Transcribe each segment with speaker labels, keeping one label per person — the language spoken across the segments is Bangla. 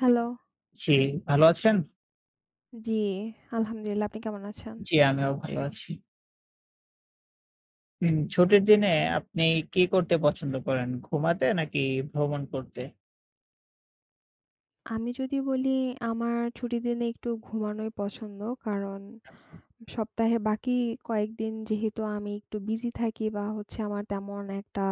Speaker 1: হ্যালো।
Speaker 2: জি, ভালো আছেন?
Speaker 1: জি, আলহামদুলিল্লাহ। আপনি কেমন আছেন?
Speaker 2: জি, আমিও ভালো আছি। হুম, ছুটির দিনে আপনি কি করতে পছন্দ করেন? ঘুমাতে নাকি ভ্রমণ করতে?
Speaker 1: আমি যদি বলি আমার ছুটির দিনে একটু ঘুমানোই পছন্দ। কারণ
Speaker 2: আচ্ছা,
Speaker 1: সপ্তাহে বাকি কয়েকদিন যেহেতু আমি একটু বিজি থাকি বা হচ্ছে আমার তেমন একটা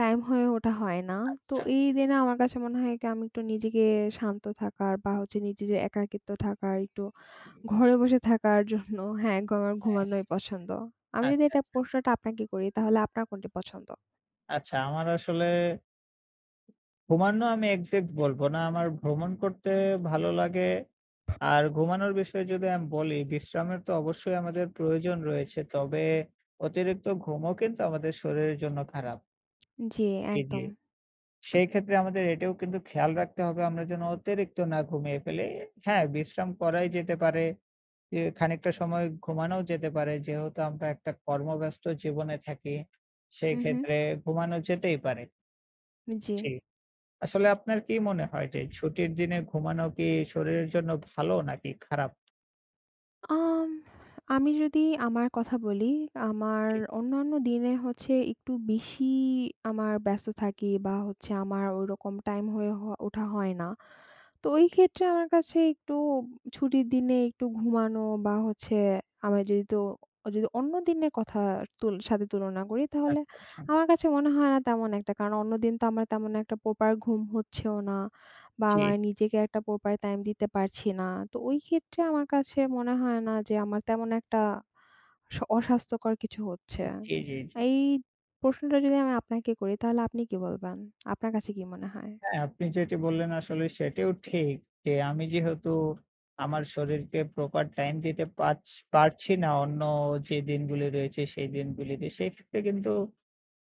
Speaker 1: টাইম হয়ে ওঠা হয় না। তো
Speaker 2: আচ্ছা।
Speaker 1: এই দিনে আমার কাছে মনে হয় কি আমি একটু নিজেকে শান্ত থাকার বা হচ্ছে নিজের একাকিত্ব থাকার, একটু ঘরে বসে থাকার জন্য হ্যাঁ, আমার
Speaker 2: হ্যাঁ,
Speaker 1: ঘুমানোই পছন্দ। আমি যদি
Speaker 2: আচ্ছা,
Speaker 1: এটা
Speaker 2: আচ্ছা।
Speaker 1: প্রশ্নটা আপনাকে করি তাহলে আপনার কোনটি পছন্দ?
Speaker 2: আচ্ছা, আমার আসলে ঘুমানো আমি এক্সাক্ট বলব না। আমার ভ্রমণ করতে ভালো লাগে। আর ঘুমানোর বিষয়ে যদি আমি বলি, বিশ্রামের তো অবশ্যই আমাদের প্রয়োজন রয়েছে। তবে অতিরিক্ত ঘুমও কিন্তু আমাদের শরীরের জন্য খারাপ।
Speaker 1: জি,
Speaker 2: জি, জি।
Speaker 1: একদম।
Speaker 2: সেই ক্ষেত্রে আমাদের এটাও কিন্তু খেয়াল রাখতে হবে আমরা যেন অতিরিক্ত না ঘুমিয়ে ফেলি। হ্যাঁ, বিশ্রাম করাই যেতে পারে, এ খানিকটা সময় ঘুমানোও যেতে পারে। যেহেতু আমরা একটা কর্মব্যস্ত জীবনে থাকি, সেই
Speaker 1: উহু।
Speaker 2: ক্ষেত্রে ঘুমানো যেতেই পারে।
Speaker 1: জি।
Speaker 2: জি। আসলে আপনার কি মনে হয় যে ছুটির দিনে ঘুমানো কি শরীরের জন্য ভালো নাকি খারাপ?
Speaker 1: আম আমি যদি আমার কথা বলি, আমার
Speaker 2: জি,
Speaker 1: অন্যান্য দিনে হচ্ছে একটু বেশি আমার ব্যস্ত থাকি বা হচ্ছে আমার ওইরকম টাইম হয়ে ওঠা হয় না। তো ওই ক্ষেত্রে আমার কাছে একটু ছুটির দিনে একটু ঘুমানো বা হচ্ছে আমি যদি তো যদি অন্য দিনের কথা সাথে তুলনা করি তাহলে
Speaker 2: আচ্ছা, আচ্ছা।
Speaker 1: আমার কাছে মনে হয় না তেমন একটা। কারণ অন্যদিন তো আমার তেমন একটা প্রপার ঘুম হচ্ছেও না। বা
Speaker 2: জি,
Speaker 1: আমার নিজেকে একটা প্রপার টাইম দিতে পারছি না। তো ওই ক্ষেত্রে আমার কাছে মনে হয় না যে আমার তেমন একটা অস্বাস্থ্যকর কিছু হচ্ছে।
Speaker 2: জি, জি, জি। জি।
Speaker 1: এই প্রশ্নটা যদি আমি আপনাকে করি তাহলে আপনি কি বলবেন? আপনার কাছে কি মনে হয়?
Speaker 2: হ্যাঁ, আপনি যেটি বললেন আসলে সেটিও ঠিক যে আমি যেহেতু আমার শরীরকে প্রপার টাইম দিতে পারছি না অন্য যে দিনগুলি রয়েছে সেই দিনগুলিতে, সেক্ষেত্রে কিন্তু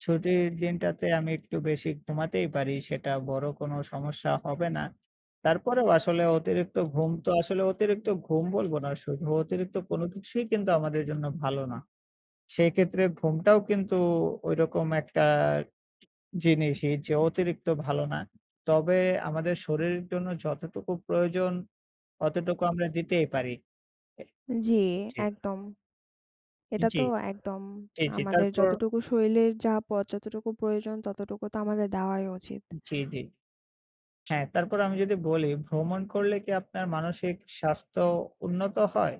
Speaker 2: ছুটির দিনটাতে আমি একটু বেশি ঘুমাতেই পারি। সেটা বড় কোনো সমস্যা হবে না। তারপরেও আসলে অতিরিক্ত ঘুম তো আসলে অতিরিক্ত ঘুম বলবো না, শুধু অতিরিক্ত কোনো কিছুই কিন্তু আমাদের জন্য ভালো না। সেক্ষেত্রে ঘুমটাও কিন্তু ঐরকম একটা জিনিসই যে অতিরিক্ত ভালো না। তবে আমাদের শরীরের জন্য যতটুকু প্রয়োজন অতটুকু আমরা দিতেই পারি। এ
Speaker 1: জি,
Speaker 2: জি,
Speaker 1: একদম। এটা
Speaker 2: জি,
Speaker 1: তো একদম
Speaker 2: জি, জি।
Speaker 1: আমাদের
Speaker 2: তারপর
Speaker 1: যতটুকু শরীরের যা প যতটুকু প্রয়োজন ততটুকু তো আমাদের দেওয়াই উচিত।
Speaker 2: জি, জি। হ্যাঁ, তারপর আমি যদি বলি ভ্রমণ করলে কি আপনার মানসিক স্বাস্থ্য উন্নত হয়?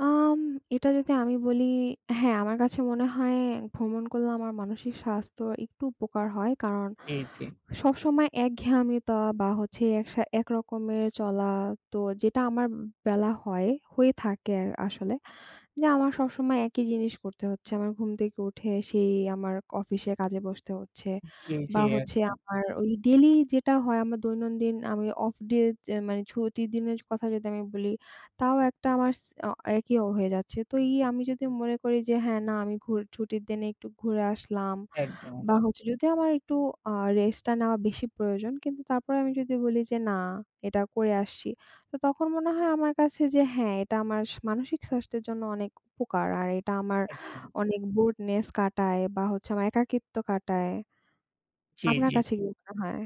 Speaker 1: আম এটা যদি আমি বলি, হ্যাঁ, আমার কাছে মনে হয় ভ্রমণ করলে আমার মানসিক স্বাস্থ্য একটু উপকার হয়। কারণ
Speaker 2: জি, জি।
Speaker 1: সবসময় একঘেয়ামিতা বা হচ্ছে একরকমের চলা তো যেটা আমার বেলা হয়, হয়ে থাকে আসলে। যে আমার সবসময় একই জিনিস করতে হচ্ছে। আমার ঘুম থেকে উঠে সেই আমার অফিসের কাজে বসতে হচ্ছে।
Speaker 2: জি, জি,
Speaker 1: বা হচ্ছে
Speaker 2: একদম,
Speaker 1: আমার ওই ডেইলি যেটা হয় আমার দৈনন্দিন আমি অফ ডে যে মানে ছুটির দিনের কথা যদি আমি বলি, তাও একটা আমার স অ একই হয়ে যাচ্ছে। তো এই আমি যদি মনে করি যে হ্যাঁ, না আমি ছুটির দিনে একটু ঘুরে আসলাম
Speaker 2: একদম,
Speaker 1: বা হচ্ছে যদি আমার একটু আ রেস্টটা নেওয়া বেশি প্রয়োজন। কিন্তু তারপরে আমি যদি বলি যে না এটা করে আসছি। তো তখন মনে হয় আমার কাছে যে হ্যাঁ, এটা আমার মানসিক স্বাস্থ্যের জন্য অনেক উপকার। আর এটা আমার
Speaker 2: একদম।
Speaker 1: অনেক বোরডনেস কাটায় বা হচ্ছে আমার একাকিত্ব কাটায়।
Speaker 2: জি,
Speaker 1: আপনার
Speaker 2: জি,
Speaker 1: কাছে
Speaker 2: জি।
Speaker 1: কি মনে হয়?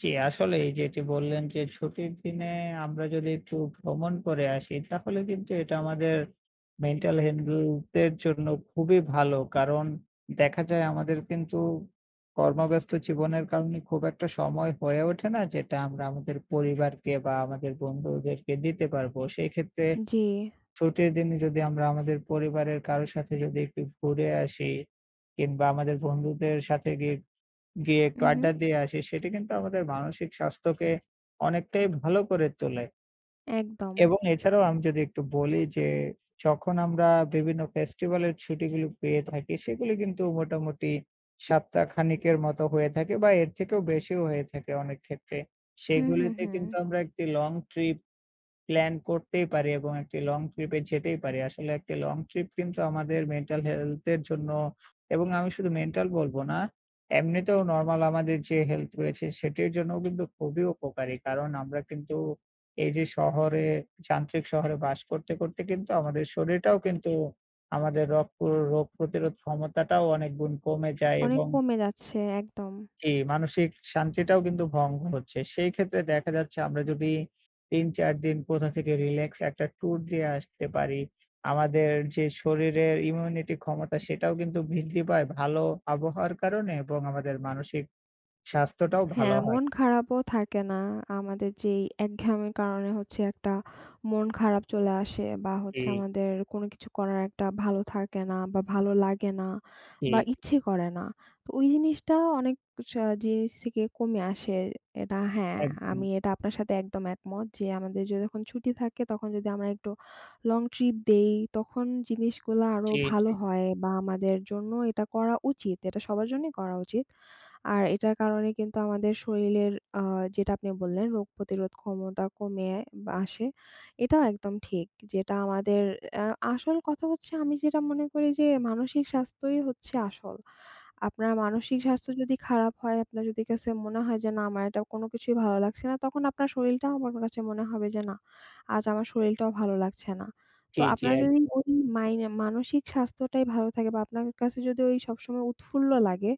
Speaker 2: জি, আসলে এই যেটি বললেন যে ছুটির দিনে আমরা যদি একটু ভ্রমণ করে আসি তাহলে কিন্তু এটা আমাদের মেন্টাল হেলথ এর জন্য খুবই ভালো। কারণ দেখা যায় আমাদের কিন্তু কর্মব্যস্ত জীবনের কারণে খুব একটা সময় হয়ে ওঠে না যেটা আমরা আমাদের পরিবারকে বা আমাদের বন্ধুদেরকে দিতে পারবো। সেক্ষেত্রে
Speaker 1: জি।
Speaker 2: ছুটির দিনে যদি আমরা আমাদের পরিবারের কারো সাথে যদি একটু ঘুরে আসি কিংবা আমাদের বন্ধুদের সাথে গিয়ে গিয়ে একটু
Speaker 1: উহু,
Speaker 2: আড্ডা দিয়ে আসি, সেটি কিন্তু আমাদের মানসিক স্বাস্থ্যকে অনেকটাই ভালো করে তোলে।
Speaker 1: একদম।
Speaker 2: এবং এছাড়াও আমি যদি একটু বলি যে, যখন আমরা বিভিন্ন ফেস্টিভ্যালের ছুটিগুলো পেয়ে থাকি, সেগুলি কিন্তু মোটামুটি সপ্তাহখানেকের মতো হয়ে থাকে বা এর থেকেও বেশিও হয়ে থাকে অনেক ক্ষেত্রে।
Speaker 1: হুম, হুম,
Speaker 2: সেগুলিতে
Speaker 1: হুম।
Speaker 2: কিন্তু আমরা একটি লং ট্রিপ প্ল্যান করতেই পারি এবং একটি লং ট্রিপে যেতেই পারি। আসলে একটি লং ট্রিপ কিন্তু আমাদের মেন্টাল হেলথ এর জন্য এবং আমি শুধু মেন্টাল বলবো না, এমনিতেও নরমাল আমাদের যে হেলথ রয়েছে সেটির জন্যও কিন্তু খুবই উপকারী। কারণ আমরা কিন্তু এই যে শহরে যান্ত্রিক শহরে বাস করতে, করতে কিন্তু আমাদের শরীরটাও কিন্তু আমাদের রগ প্র রোগ প্রতিরোধ ক্ষমতাটাও অনেক গুণ কমে যায়
Speaker 1: অনেক
Speaker 2: এবং
Speaker 1: কমে যাচ্ছে একদম।
Speaker 2: জি, মানসিক শান্তিটাও কিন্তু ভঙ্গ হচ্ছে। সেই ক্ষেত্রে দেখা যাচ্ছে আমরা যদি ৩-৪ দিন কোথা থেকে রিল্যাক্স একটা ট্যুর দিয়ে আসতে পারি, আমাদের যে শরীরের ইমিউনিটি ক্ষমতা সেটাও কিন্তু বৃদ্ধি পায় ভালো আবহাওয়ার কারণে এবং আমাদের মানসিক স্বাস্থ্যটাও ভালো
Speaker 1: হ্যাঁ,
Speaker 2: হয়।
Speaker 1: মন খারাপও থাকে না। আমাদের যেই একঘেয়েমির কারণে হচ্ছে একটা মন খারাপ চলে আসে বা
Speaker 2: জি,
Speaker 1: হচ্ছে আমাদের কোনো কিছু করার একটা ভালো থাকে না বা ভালো লাগে না
Speaker 2: জি,
Speaker 1: বা ইচ্ছে করে না। তো ওই জিনিসটা অনেক জিনিস থেকে কমে আসে। এটা হ্যাঁ,
Speaker 2: একদম।
Speaker 1: আমি এটা আপনার সাথে একদম একমত যে আমাদের যদি যখন ছুটি থাকে তখন যদি আমরা একটু লং ট্রিপ দেই তখন জিনিসগুলা আরো
Speaker 2: জি,
Speaker 1: ভালো
Speaker 2: জি,
Speaker 1: হয় বা আমাদের জন্য এটা করা উচিত। এটা সবার জন্যই করা উচিত। আর এটার কারণে কিন্তু আমাদের শরীরের যেটা আপনি বললেন রোগ প্রতিরোধ ক্ষমতা কমে বা আসে। এটাও একদম ঠিক। যেটা আমাদের অ্যা আসল কথা হচ্ছে আমি যেটা মনে করি যে মানসিক স্বাস্থ্যই হচ্ছে আসল। আপনার মানসিক স্বাস্থ্য যদি খারাপ হয়, আপনার যদি কাছে মনে হয় যে, "না, আমার এটা কোনো কিছুই ভালো লাগছে না," তখন আপনার শরীরটাও আমার কাছে মনে হবে যে, "না, আজ আমার শরীরটাও ভালো লাগছে না।" তো
Speaker 2: জি, জি,
Speaker 1: আপনার যদি
Speaker 2: একদম।
Speaker 1: ওই মানসিক স্বাস্থ্যটাই ভালো থাকে বা আপনার কাছে যদি ওই সবসময় উৎফুল্ল লাগে,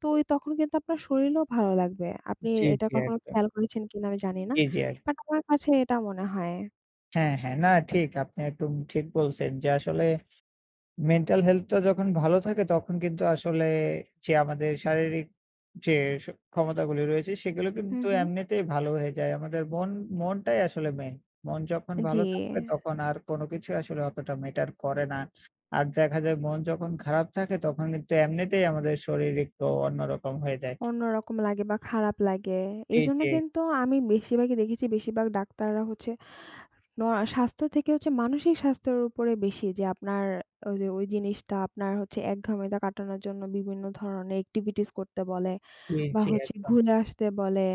Speaker 1: তো ওই তখন কিন্তু আপনার শরীরও ভালো লাগবে। আপনি
Speaker 2: জি,
Speaker 1: এটা
Speaker 2: জি,
Speaker 1: কখনো
Speaker 2: একদম।
Speaker 1: খেয়াল করেছেন কিনা আমি জানি না।
Speaker 2: জি, জি, একদম।
Speaker 1: বাট আমার কাছে এটা মনে হয়।
Speaker 2: হ্যাঁ, হ্যাঁ। না ঠিক আপনি একদম ঠিক বলছেন যে আসলে মেন্টাল হেলথটা যখন ভালো থাকে তখন কিন্তু আসলে যে আমাদের শারীরিক যে স ক্ষমতাগুলি রয়েছে সেগুলো
Speaker 1: হুম,
Speaker 2: কিন্তু
Speaker 1: হুম।
Speaker 2: এমনিতেই ভালো হয়ে যায়। আমাদের মনটাই আসলে মেইন। মন যখন
Speaker 1: জি,
Speaker 2: ভালো থাকবে তখন আর কোনো কিছু আসলে অতটা ম্যাটার করে না। আর দেখা যায় মন যখন খারাপ থাকে তখন কিন্তু এমনিতেই আমাদের শরীর একটু অন্যরকম হয়ে যায়।
Speaker 1: অন্যরকম লাগে বা খারাপ লাগে।
Speaker 2: জি,
Speaker 1: এজন্য
Speaker 2: জি,
Speaker 1: কিন্তু আমি বেশিরভাগই দেখেছি বেশিরভাগ ডাক্তাররা হচ্ছে ন স্বাস্থ্য থেকে হচ্ছে মানসিক স্বাস্থ্যের উপরে বেশি যে আপনার ওই যে ওই জিনিসটা আপনার হচ্ছে একঘেয়েমিটা কাটানোর জন্য বিভিন্ন ধরনের এক্টিভিটিস করতে বলে
Speaker 2: জি,
Speaker 1: বা
Speaker 2: জি
Speaker 1: হচ্ছে
Speaker 2: একদম।
Speaker 1: ঘুরে আসতে বলে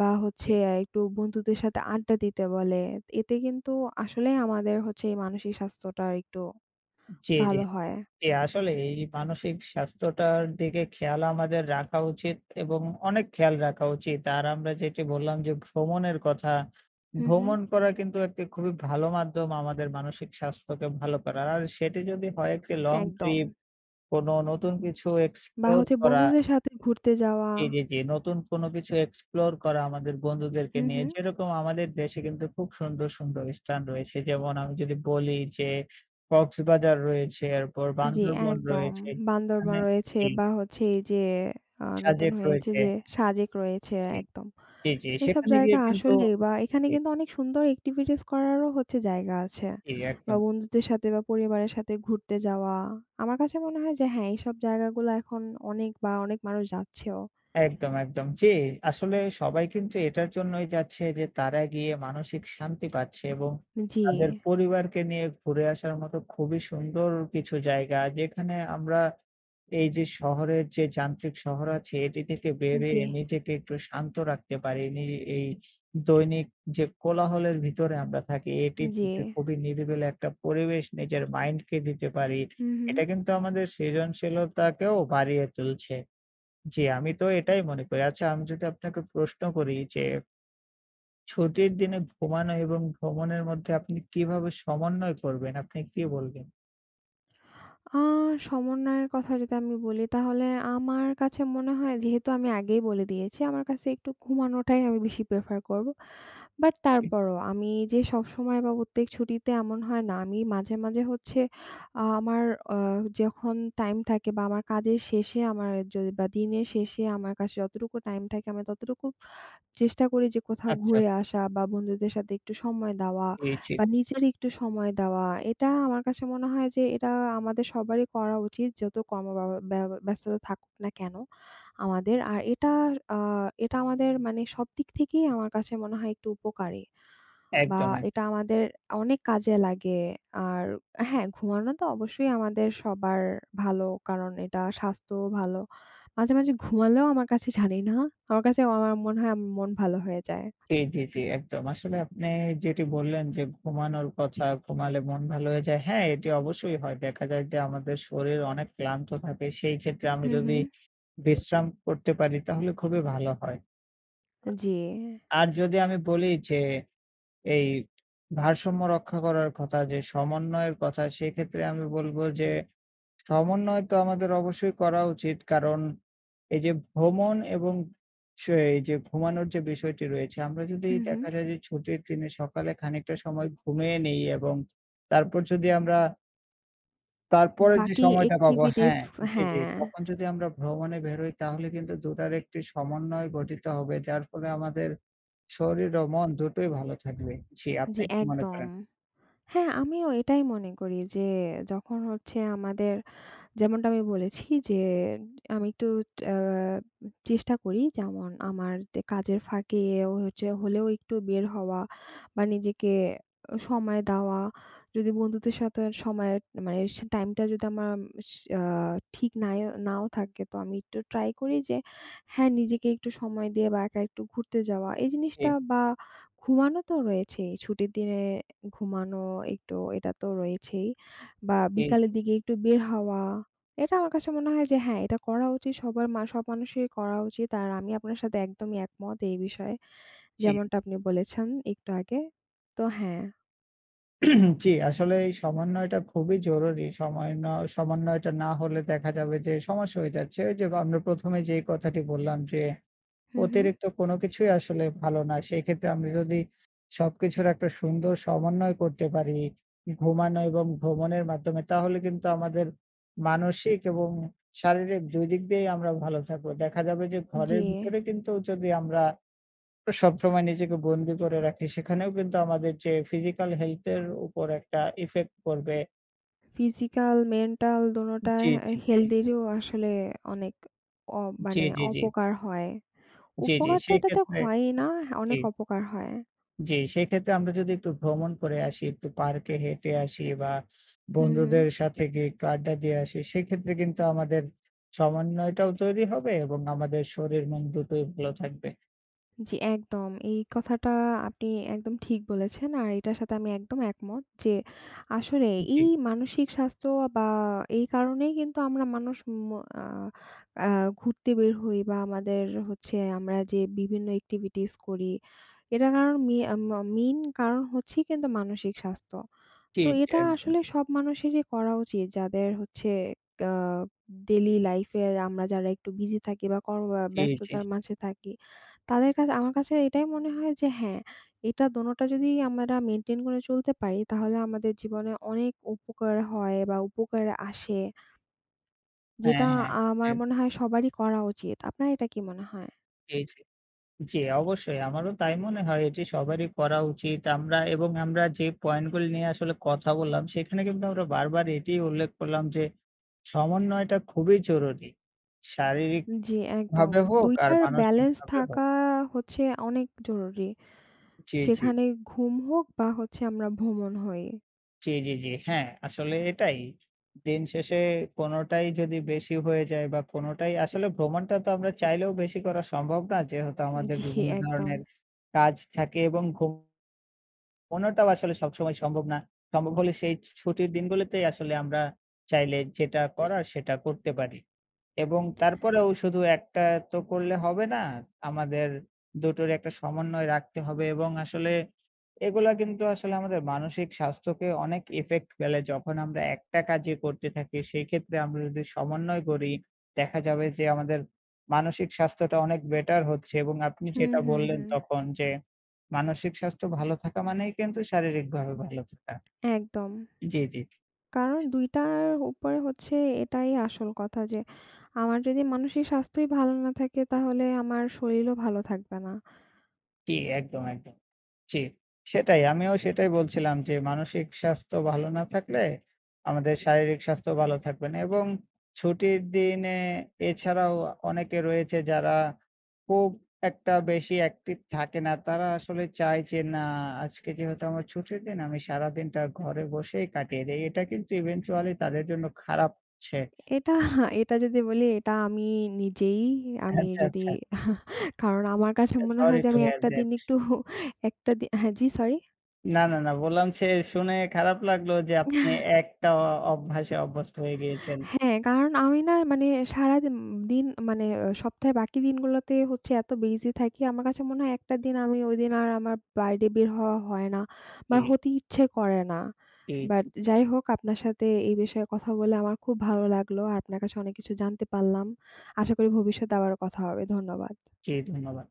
Speaker 1: বা
Speaker 2: জি,
Speaker 1: হচ্ছে একটু বন্ধুদের সাথে আড্ডা দিতে বলে। এতে কিন্তু আসলেই আমাদের হচ্ছে এই মানসিক স্বাস্থ্যটা একটু
Speaker 2: জি, জি।
Speaker 1: ভালো হয়।
Speaker 2: জি, আসলে এই মানসিক স্বাস্থ্যটার দিকে খেয়াল আমাদের রাখা উচিত এবং অনেক খেয়াল রাখা উচিত। আর আমরা যেটি বললাম যে ভ্রমণের কথা,
Speaker 1: হু, হু।
Speaker 2: ভ্রমণ করা কিন্তু একটি খুবই ভালো মাধ্যম আমাদের মানসিক স্বাস্থ্যকে ভালো করার। আর সেটি যদি হয় একটি লং
Speaker 1: একদম।
Speaker 2: ট্রিপ, কোনো নতুন কিছু
Speaker 1: বা
Speaker 2: এক্সপ্লোর
Speaker 1: হচ্ছে
Speaker 2: করা।
Speaker 1: বন্ধুদের সাথে ঘুরতে যাওয়া।
Speaker 2: জি, জি, জি। নতুন কোনো কিছু explore করা আমাদের বন্ধুদেরকে
Speaker 1: হু,
Speaker 2: নিয়ে।
Speaker 1: হু।
Speaker 2: যেরকম আমাদের দেশে কিন্তু খুব সুন্দর, সুন্দর স্থান রয়েছে। যেমন আমি যদি বলি যে কক্সবাজার রয়েছে, এরপর
Speaker 1: জি,
Speaker 2: বান্দরবন
Speaker 1: একদম।
Speaker 2: রয়েছে।
Speaker 1: বান্দরবান
Speaker 2: যেখানে
Speaker 1: রয়েছে
Speaker 2: জি,
Speaker 1: বা হচ্ছে এই যে নতুন
Speaker 2: সাজেক
Speaker 1: হয়েছে
Speaker 2: রয়েছে।
Speaker 1: যে সাজেক রয়েছে
Speaker 2: জি,
Speaker 1: একদম।
Speaker 2: জি, জি।
Speaker 1: এসব
Speaker 2: সেখানে
Speaker 1: জায়গা
Speaker 2: গিয়ে কিন্তু
Speaker 1: আসলেই বা এখানে
Speaker 2: জি,
Speaker 1: কিন্তু অনেক সুন্দর এক্টিভিটিস করারও হচ্ছে জায়গা আছে।
Speaker 2: জি
Speaker 1: বা
Speaker 2: একদম।
Speaker 1: বন্ধুদের সাথে বা পরিবারের সাথে ঘুরতে যাওয়া। আমার কাছে মনে হয় যে হ্যাঁ, এইসব জায়গাগুলো এখন অনেক বা অনেক মানুষ যাচ্ছেও।
Speaker 2: একদম, একদম। জি, আসলে সবাই কিন্তু এটার জন্যই যাচ্ছে যে তারা গিয়ে মানসিক শান্তি পাচ্ছে এবং
Speaker 1: জি,
Speaker 2: তাদের পরিবারকে নিয়ে ঘুরে আসার মতো খুবই সুন্দর কিছু জায়গা। যেখানে আমরা এই যে শহরের যে যান্ত্রিক শহর আছে এটি থেকে
Speaker 1: জি,
Speaker 2: বেরিয়ে নিজেকে একটু শান্ত রাখতে পারি। এই দৈনিক যে কোলাহলের ভিতরে আমরা থাকি এটি
Speaker 1: জি।
Speaker 2: থেকে খুবই নিরিবিলি একটা পরিবেশ নিজের মাইন্ডকে দিতে পারি।
Speaker 1: হু, হু।
Speaker 2: এটা কিন্তু আমাদের সৃজনশীলতাকেও বাড়িয়ে তুলছে। জি, আমি তো এটাই মনে করি। আচ্ছা, আমি যদি আপনাকে প্রশ্ন করি যে, ছুটির দিনে ঘুমানো এবং ভ্রমণের মধ্যে আপনি কিভাবে সমন্বয় করবেন? আপনি কি বলবেন?
Speaker 1: আ সমন্বয়ের কথা যদি আমি বলি তাহলে আমার কাছে মনে হয় যেহেতু আমি আগেই বলে দিয়েছি আমার কাছে একটু ঘুমানোটাই আমি বেশি প্রেফার করব। বাট
Speaker 2: হুম।
Speaker 1: তারপরও আমি যে সবসময় বা প্রত্যেক ছুটিতে এমন হয় না। আমি মাঝে, মাঝে হচ্ছে আমার আ যখন টাইম থাকে বা আমার কাজের শেষে আমার যদি বা দিনের শেষে আমার কাছে যতটুকু টাইম থাকে আমি ততটুকু চেষ্টা করি যে কোথাও
Speaker 2: আচ্ছা,
Speaker 1: ঘুরে আসা বা বন্ধুদের সাথে একটু সময় দেওয়া
Speaker 2: জি, জি।
Speaker 1: বা নিজের একটু সময় দেওয়া। এটা আমার কাছে মনে হয় যে এটা আমাদের সবারই করা উচিত যত কর্ম বা ব্যা ব্যস্ততা থাকুক না কেন আমাদের। আর এটা আ এটা আমাদের মানে সব দিক থেকেই আমার কাছে মনে হয় একটু উপকারী। বা
Speaker 2: একদম, একদম।
Speaker 1: এটা আমাদের অনেক কাজে লাগে। আর হ্যাঁ, ঘুমানো তো অবশ্যই আমাদের সবার ভালো। কারণ এটা স্বাস্থ্যও ভালো। মাঝে, মাঝে ঘুমালেও আমার কাছে জানি না। আমার কাছে আমার মনে হয় আমার মন ভালো হয়ে যায়।
Speaker 2: জি, জি, জি, একদম। আসলে আপনি যেটি বললেন যে, ঘুমানোর কথা, ঘুমালে মন ভালো হয়ে যায়। হ্যাঁ, এটি অবশ্যই হয়। দেখা যায় যে, আমাদের শরীর অনেক ক্লান্ত থাকে। সেই ক্ষেত্রে আমি
Speaker 1: হুম,
Speaker 2: যদি
Speaker 1: হুম।
Speaker 2: বিশ্রাম করতে পারি, তাহলে খুবই ভালো হয়।
Speaker 1: জি।
Speaker 2: আর যদি আমি বলি যে এই ভারসাম্য রক্ষা করার কথা যে সমন্বয়ের কথা সেক্ষেত্রে আমি বলব যে সমন্বয় তো আমাদের অবশ্যই করা উচিত। কারণ এই যে ভ্রমণ এবং সে এই যে ঘুমানোর যে বিষয়টি রয়েছে আমরা যদি
Speaker 1: হুম, হুম।
Speaker 2: দেখা যায় যে ছুটির দিনে সকালে খানিকটা সময় ঘুমিয়ে নেই এবং তারপর যদি আমরা তারপরের যে
Speaker 1: বাকি
Speaker 2: সময়টা পাবো
Speaker 1: এক্টিভিটিস
Speaker 2: হ্যাঁ, জি, জি।
Speaker 1: হ্যাঁ,
Speaker 2: তখন যদি আমরা ভ্রমণে বেরোই তাহলে কিন্তু ২ টার একটি সমন্বয় গঠিত হবে। যার ফলে আমাদের শরীর ও মন দুটোই ভালো থাকবে। জি,
Speaker 1: জি
Speaker 2: আপনি কি মনে
Speaker 1: একদম।
Speaker 2: করেন?
Speaker 1: হ্যাঁ, আমিও এটাই মনে করি যে যখন হচ্ছে আমাদের যেমনটা আমি বলেছি যে আমি একটু আ চেষ্টা করি যেমন আমার কাজের ফাঁকে ও হচ্ছে হলেও একটু বের হওয়া বা নিজেকে সময় দেওয়া। যদি বন্ধুদের সাথে সময় মানে সে টাইমটা যদি আমার স আ ঠিক নাও থাকে তো আমি একটু ট্রাই করি যে হ্যাঁ, নিজেকে একটু সময় দিয়ে বা একা একটু ঘুরতে যাওয়া। এই
Speaker 2: জি,
Speaker 1: জিনিসটা বা ঘুমানো তো রয়েছেই। ছুটির দিনে ঘুমানো একটু এটা তো রয়েছেই বা বিকালের
Speaker 2: জি,
Speaker 1: দিকে একটু বের হওয়া। এটা আমার কাছে মনে হয় যে হ্যাঁ, এটা করা উচিত। সবার মা সব মানুষেরই করা উচিত। আর আমি আপনার সাথে একদমই একমত এই বিষয়ে।
Speaker 2: জি,
Speaker 1: যেমনটা আপনি বলেছেন একটু আগে। তো হ্যাঁ,
Speaker 2: জি, আসলে এই সমন্বয়টা খুবই জরুরি। সমন্বয়টা না হলে দেখা যাবে যে সমস্যা হয়ে যাচ্ছে। ওই যে আমরা ১ম এ যেই কথাটি বললাম যে
Speaker 1: হুম, হুম।
Speaker 2: অতিরিক্ত কোনো কিছুই আসলে ভালো না। সেক্ষেত্রে আমরা যদি সবকিছুর একটা সুন্দর সমন্বয় করতে পারি, ঘুমানো এবং ভ্রমণের মাধ্যমে তাহলে কিন্তু আমাদের মানসিক এবং শারীরিক ২ দিক দিয়েই আমরা ভালো থাকবো। দেখা যাবে যে ঘরের
Speaker 1: জি,
Speaker 2: ভিতরে কিন্তু যদি আমরা সবসময় নিজেকে বন্দি করে রাখি, সেখানেও কিন্তু আমাদের যে ফিজিক্যাল হেলথ এর উপর একটা ইফেক্ট পড়বে
Speaker 1: ফিজিক্যাল, মেন্টাল দোনোটা
Speaker 2: জি,
Speaker 1: হে
Speaker 2: জি, জি।
Speaker 1: হেলথেরও আসলে অনেক অ
Speaker 2: জি,
Speaker 1: মানে
Speaker 2: জি, জি।
Speaker 1: অপকার হয়।
Speaker 2: জি, জি।
Speaker 1: উপকার তো
Speaker 2: সেই
Speaker 1: এটাতে
Speaker 2: ক্ষেত্রে
Speaker 1: হয়ই না,
Speaker 2: জি,
Speaker 1: অনেক অপকার হয়।
Speaker 2: জি। সেক্ষেত্রে আমরা যদি একটু ভ্রমণ করে আসি, একটু পার্কে হেঁটে আসি বা
Speaker 1: হুম, হুম।
Speaker 2: বন্ধুদের সাথে গিয়ে একটু আড্ডা দিয়ে আসি, সেক্ষেত্রে কিন্তু আমাদের সমন্বয়টাও তৈরি হবে এবং আমাদের শরীর মন দুটোই ভালো থাকবে।
Speaker 1: জি, একদম। এই কথাটা আপনি একদম ঠিক বলেছেন। আর এটার সাথে আমি একদম একমত যে আসলে
Speaker 2: জি,
Speaker 1: এই মানসিক স্বাস্থ্য বা এই কারণেই কিন্তু আমরা মানুষ ম আ আ ঘুরতে বের হই বা আমাদের হচ্ছে আমরা যে বিভিন্ন activities করি, এটার কারণ মি আ ম মেইন কারণ হচ্ছেই কিন্তু মানসিক স্বাস্থ্য।
Speaker 2: জি,
Speaker 1: তো
Speaker 2: জি
Speaker 1: এটা
Speaker 2: একদম।
Speaker 1: আসলে সব মানুষেরই করা উচিত যাদের হচ্ছে আ ডেইলি লাইফ এ আমরা যারা একটু বিজি থাকি বা কর্ম বা
Speaker 2: জি, জি।
Speaker 1: ব্যস্ততার মাঝে থাকি, তাদের কাছে আমার কাছে এটাই মনে হয় যে হ্যাঁ, এটা দোনোটা যদি আমরা মেইনটেইন করে চলতে পারি তাহলে আমাদের জীবনে অনেক উপকার হয় বা উপকার আসে।
Speaker 2: হ্যাঁ,
Speaker 1: যেটা
Speaker 2: হ্যাঁ।
Speaker 1: আমার
Speaker 2: এক
Speaker 1: মনে হয় সবারই করা উচিত। আপনার এটা কি মনে হয়?
Speaker 2: জি, জি। জি, অবশ্যই। আমারও তাই মনে হয় এটি সবারই করা উচিত। আমরা এবং আমরা যে পয়েন্টগুলি নিয়ে আসলে কথা বললাম, সেখানে কিন্তু আমরা বারবার এটি উল্লেখ করলাম যে সমন্বয়টা খুবই জরুরি।
Speaker 1: জি,
Speaker 2: শারীরিকভাবে
Speaker 1: একদম।
Speaker 2: হোক
Speaker 1: ২
Speaker 2: আর
Speaker 1: টার ব্যালেন্স
Speaker 2: মানসিকভাবে হোক।
Speaker 1: থাকা হচ্ছে অনেক জরুরি।
Speaker 2: জি, জি।
Speaker 1: সেখানে ঘুম হোক বা হচ্ছে আমরা ভ্রমণ হই।
Speaker 2: জি, জি, জি। হ্যাঁ, আসলে এটাই। দিন শেষে কোনটাই যদি বেশি হয়ে যায় বা কোনটাই আসলে ভ্রমণটা তো আমরা চাইলেও বেশি করা সম্ভব না। যেহেতু আমাদের
Speaker 1: জি,
Speaker 2: বিভিন্ন
Speaker 1: একদম।
Speaker 2: ধরনের কাজ থাকে এবং ঘুম কোনটাও আসলে সবসময় সম্ভব না। সম্ভব হলে সেই ছুটির দিনগুলোতেই আসলে আমরা চাইলে যেটা করার সেটা করতে পারি। এবং তারপরেও শুধু একটা তো করলে হবে না। আমাদের দুটোর একটা সমন্বয় রাখতে হবে এবং আসলে এগুলা কিন্তু আসলে আমাদের মানসিক স্বাস্থ্যকে অনেক ইফেক্ট ফেলে। যখন আমরা একটা কাজই করতে থাকি, সেক্ষেত্রে আমরা যদি সমন্বয় করি, দেখা যাবে যে আমাদের মানসিক স্বাস্থ্যটা অনেক বেটার হচ্ছে এবং আপনি
Speaker 1: হুম,
Speaker 2: যেটা
Speaker 1: হুম,
Speaker 2: বললেন
Speaker 1: হুম।
Speaker 2: তখন যে, মানসিক স্বাস্থ্য ভালো থাকা মানেই কিন্তু শারীরিকভাবে ভালো থাকা।
Speaker 1: একদম।
Speaker 2: জি, জি।
Speaker 1: কারণ ২ টার উপরে হচ্ছে এটাই আসল কথা যে, আমার যদি মানসিক স্বাস্থ্যই ভালো না থাকে তাহলে আমার শরীরও ভালো থাকবে না।
Speaker 2: জি, একদম, একদম। জি, সেটাই। আমিও সেটাই বলছিলাম যে মানসিক স্বাস্থ্য ভালো না থাকলে আমাদের শারীরিক স্বাস্থ্য ভালো থাকবে না এবং ছুটির দিনে এছাড়াও অনেকে রয়েছে যারা খুব একটা বেশি অ্যাক্টিভ থাকে না। তারা আসলে চায় যে না আজকে যেহেতু আমার ছুটির দিন আমি সারাদিনটা ঘরে বসেই কাটিয়ে দেই। এটা কিন্তু ইভেনচুয়ালি তাদের জন্য খারাপ হচ্ছে।
Speaker 1: এটা এটা যদি বলি এটা আমি নিজেই আমি
Speaker 2: আচ্ছা,
Speaker 1: যদি
Speaker 2: আচ্ছা।
Speaker 1: কারণ আমার কাছে মনে হয়
Speaker 2: সরি
Speaker 1: যে
Speaker 2: টু
Speaker 1: আমি
Speaker 2: হিয়ার
Speaker 1: একটা দিন
Speaker 2: দ্যাট।
Speaker 1: একটু একটা দি হ্যাঁ, জি সরি?
Speaker 2: না, না, না বললাম শুনে খারাপ লাগলো যে আপনি একটা অভ্যাসে অভ্যস্ত হয়ে গিয়েছেন।
Speaker 1: হ্যাঁ, কারণ আমি না মানে সারাদিন দিন মানে আহ, সপ্তাহে বাকি দিনগুলোতে হচ্ছে এত বিজি থাকি। আমার কাছে মনে হয় একটা দিন আমি ওইদিন আর আমার বাইরে বের হওয়া হয় না বা
Speaker 2: জি,
Speaker 1: হতে ইচ্ছে করে না।
Speaker 2: জি, জি,
Speaker 1: বাট যাই হোক আপনার সাথে এই বিষয়ে কথা বলে আমার খুব ভালো লাগলো। আর আপনার কাছে অনেক কিছু জানতে পারলাম। আশা করি ভবিষ্যতে আবারও কথা হবে। ধন্যবাদ।
Speaker 2: জি, ধন্যবাদ।